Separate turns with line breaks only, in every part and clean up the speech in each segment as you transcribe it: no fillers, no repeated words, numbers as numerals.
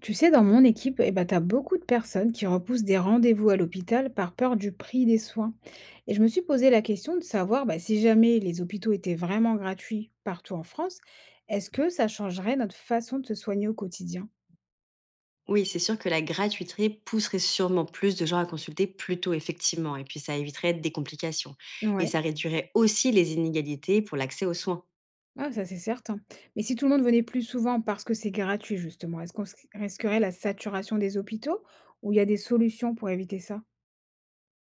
Tu sais, dans mon équipe, eh ben, tu as beaucoup de personnes qui repoussent des rendez-vous à l'hôpital par peur du prix des soins. Et je me suis posé la question de savoir si jamais les hôpitaux étaient vraiment gratuits partout en France, est-ce que ça changerait notre façon de se soigner au quotidien?
Oui, c'est sûr que la gratuité pousserait sûrement plus de gens à consulter plus tôt, effectivement, et puis ça éviterait des complications. Et ça
Ouais,
réduirait aussi les inégalités pour l'accès aux soins.
ah, ça c'est certain. Mais si tout le monde venait plus souvent parce que c'est gratuit, justement, risquerait la saturation des hôpitaux ou il y a des solutions pour éviter ça?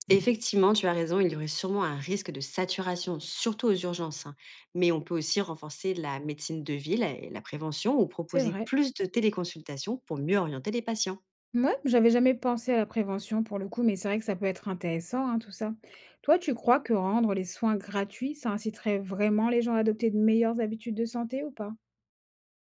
Effectivement, tu as raison, il y aurait sûrement un risque de saturation, surtout aux urgences, hein. Mais on peut aussi renforcer la médecine de ville et la prévention ou
C'est
proposer
vrai.
plus de téléconsultations pour mieux orienter les patients.
Mouais, j'avais jamais pensé à la prévention pour le coup, mais c'est vrai que ça peut être intéressant, hein, tout ça. Toi, tu crois que rendre les soins gratuits, ça inciterait vraiment les gens à adopter de meilleures habitudes de santé ou pas?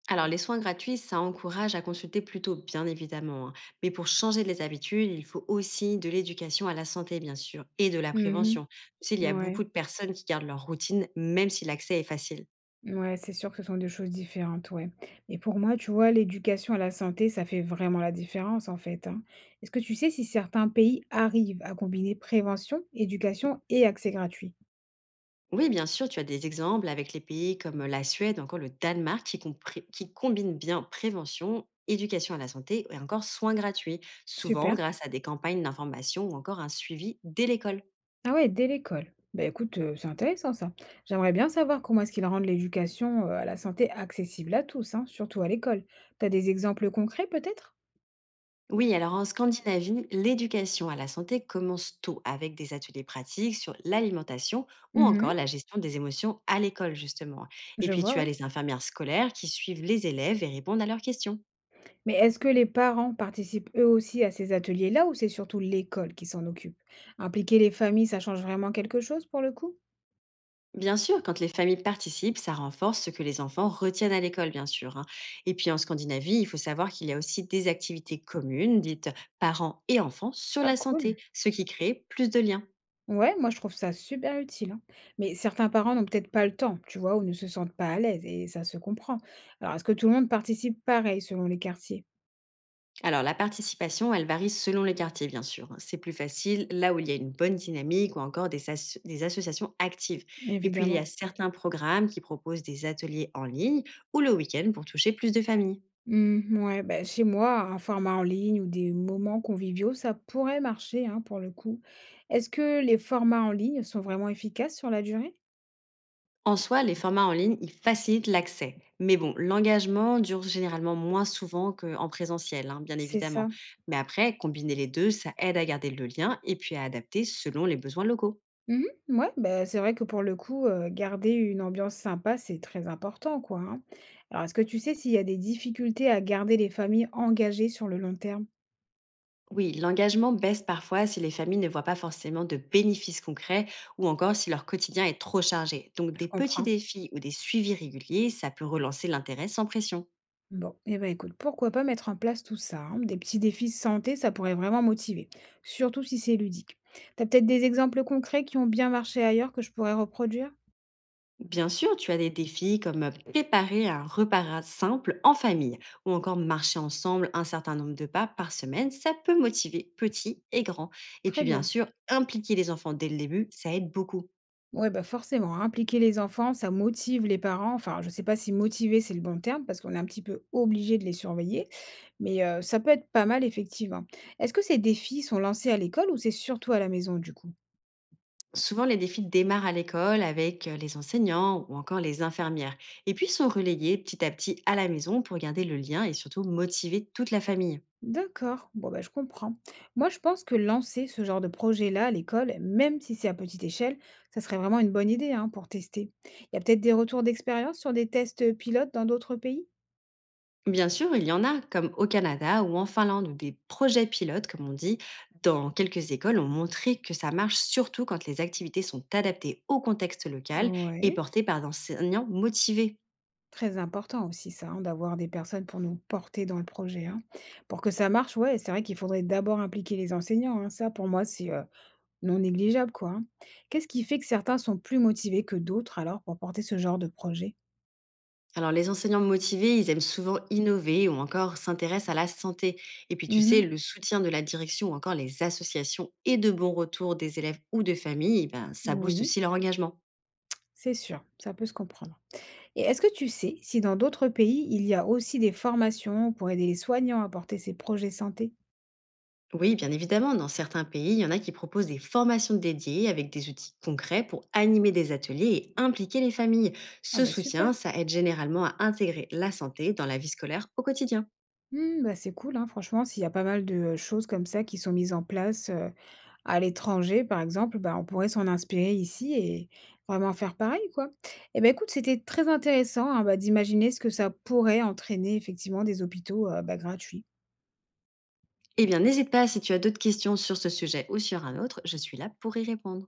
Alors, les soins gratuits, ça encourage à consulter plutôt, bien évidemment, hein. Mais pour changer les habitudes, il faut aussi de l'éducation à la santé, bien sûr, et de la
Mmh.
prévention. Tu sais, il y a
Ouais,
beaucoup de personnes qui gardent leur routine, même si l'accès est facile.
ouais, c'est sûr que ce sont 2 choses différentes, ouais. Et pour moi, tu vois, l'éducation à la santé, ça fait vraiment la différence, en fait, hein. Est-ce que tu sais si certains pays arrivent à combiner prévention, éducation et accès gratuit?
Oui, bien sûr, tu as des exemples avec les pays comme la Suède, encore le Danemark, qui, qui combinent bien prévention, éducation à la santé et encore soins gratuits, souvent
Super.
grâce à des campagnes d'information ou encore un suivi dès l'école.
Ah ouais, dès l'école. Bah écoute, c'est intéressant ça. J'aimerais bien savoir comment est-ce qu'ils rendent l'éducation, à la santé accessible à tous, hein, surtout à l'école. T'as des exemples concrets peut-être?
Oui, alors en Scandinavie, l'éducation à la santé commence tôt avec des ateliers pratiques sur l'alimentation ou encore
Mmh.
la gestion des émotions à l'école, justement. Et
Je
puis
vois,
tu as
ouais.
les infirmières scolaires qui suivent les élèves et répondent à leurs questions.
Mais est-ce que les parents participent eux aussi à ces ateliers-là ou c'est surtout l'école qui s'en occupe? Impliquer les familles, ça change vraiment quelque chose pour le coup?
Bien sûr, quand les familles participent, ça renforce ce que les enfants retiennent à l'école, bien sûr, hein. Et puis en Scandinavie, il faut savoir qu'il y a aussi des activités communes, dites parents et enfants, sur
Ah
la santé,
cool.
ce qui crée plus de liens.
Ouais, moi je trouve ça super utile, hein. Mais certains parents n'ont peut-être pas le temps, tu vois, ou ne se sentent pas à l'aise et ça se comprend. Alors est-ce que tout le monde participe pareil selon les quartiers?
Alors, la participation, elle varie selon les quartiers, bien sûr, hein. C'est plus facile là où il y a une bonne dynamique ou encore des, des associations actives. Et puis, il y
Évidemment.
a certains programmes qui proposent des ateliers en ligne ou le week-end pour toucher plus de familles.
Mmh, ouais, bah, chez moi, un format en ligne ou des moments conviviaux, ça pourrait marcher, hein, pour le coup. Est-ce que les formats en ligne sont vraiment efficaces sur la durée?
En soi, les formats en ligne, ils facilitent l'accès. Mais bon, l'engagement dure généralement moins souvent qu'en présentiel, hein, bien
C'est
évidemment.
ça.
Mais après, combiner les deux, ça aide à garder le lien et puis à adapter selon les besoins locaux.
Mmh mh, ouais, bah, c'est vrai que pour le coup, garder une ambiance sympa, c'est très important, quoi, hein. Alors, est-ce que tu sais s'il y a des difficultés à garder les familles engagées sur le long terme?
Oui, l'engagement baisse parfois si les familles ne voient pas forcément de bénéfices concrets ou encore si leur quotidien est trop chargé. Donc
Je
des petits
comprends.
défis ou des suivis réguliers, ça peut relancer l'intérêt sans pression.
Bon, eh ben écoute, pourquoi pas mettre en place tout ça, hein. Des petits défis santé, ça pourrait vraiment motiver, surtout si c'est ludique. T'as peut-être des exemples concrets qui ont bien marché ailleurs que je pourrais reproduire?
Bien sûr, tu as des défis comme préparer un repas simple en famille ou encore marcher ensemble un certain nombre de pas par semaine, ça peut motiver petits et grands. Et puis
Très
bien
bien.
sûr, impliquer les enfants dès le début, ça aide beaucoup.
Ouais, bah forcément, hein, impliquer les enfants, ça motive les parents. Enfin, je sais pas si motiver c'est le bon terme parce qu'on est un petit peu obligé de les surveiller, mais ça peut être pas mal effectivement. Est-ce que ces défis sont lancés à l'école ou c'est surtout à la maison du coup?
Souvent, les défis démarrent à l'école avec les enseignants ou encore les infirmières, et puis sont relayés petit à petit à la maison pour garder le lien et surtout motiver toute la famille.
D'accord, bon bah, je comprends. Moi, je pense que lancer ce genre de projet-là à l'école, même si c'est à petite échelle, ça serait vraiment une bonne idée hein, pour tester. Il y a peut-être des retours d'expérience sur des tests pilotes dans d'autres pays?
Bien sûr, il y en a, comme au Canada ou en Finlande, où des projets pilotes, comme on dit, dans quelques écoles ont montré que ça marche surtout quand les activités sont adaptées au contexte local et
Ouais,
portées par d'enseignants motivés.
très important aussi ça, hein, d'avoir des personnes pour nous porter dans le projet. Hein. Pour que ça marche, ouais, c'est vrai qu'il faudrait d'abord impliquer les enseignants. Hein. Ça, pour moi, c'est non négligeable, quoi. Hein. Qu'est-ce qui fait que certains sont plus motivés que d'autres alors pour porter ce genre de projet?
Alors, les enseignants motivés, ils aiment souvent innover ou encore s'intéressent à la santé. Et puis, tu sais,
Mhm.
le soutien de la direction ou encore les associations et de bons retours des élèves ou de familles, ben, ça booste
Oui,
aussi leur engagement.
c'est sûr, ça peut se comprendre. Et est-ce que tu sais si dans d'autres pays, il y a aussi des formations pour aider les soignants à porter ces projets santé?
Oui, bien évidemment, dans certains pays, il y en a qui proposent des formations dédiées avec des outils concrets pour animer des ateliers et impliquer les familles.
Ah
Ce
bah super.
soutien, ça aide généralement à intégrer la santé dans la vie scolaire au quotidien.
Hmm, bah c'est cool, hein. Franchement, s'il y a pas mal de choses comme ça qui sont mises en place à l'étranger, par exemple, bah, on pourrait s'en inspirer ici et vraiment faire pareil, quoi. Eh ben écoute, c'était très intéressant hein, bah, d'imaginer ce que ça pourrait entraîner effectivement des hôpitaux bah, gratuits.
Eh bien, n'hésite pas si tu as d'autres questions sur ce sujet ou sur un autre, je suis là pour y répondre.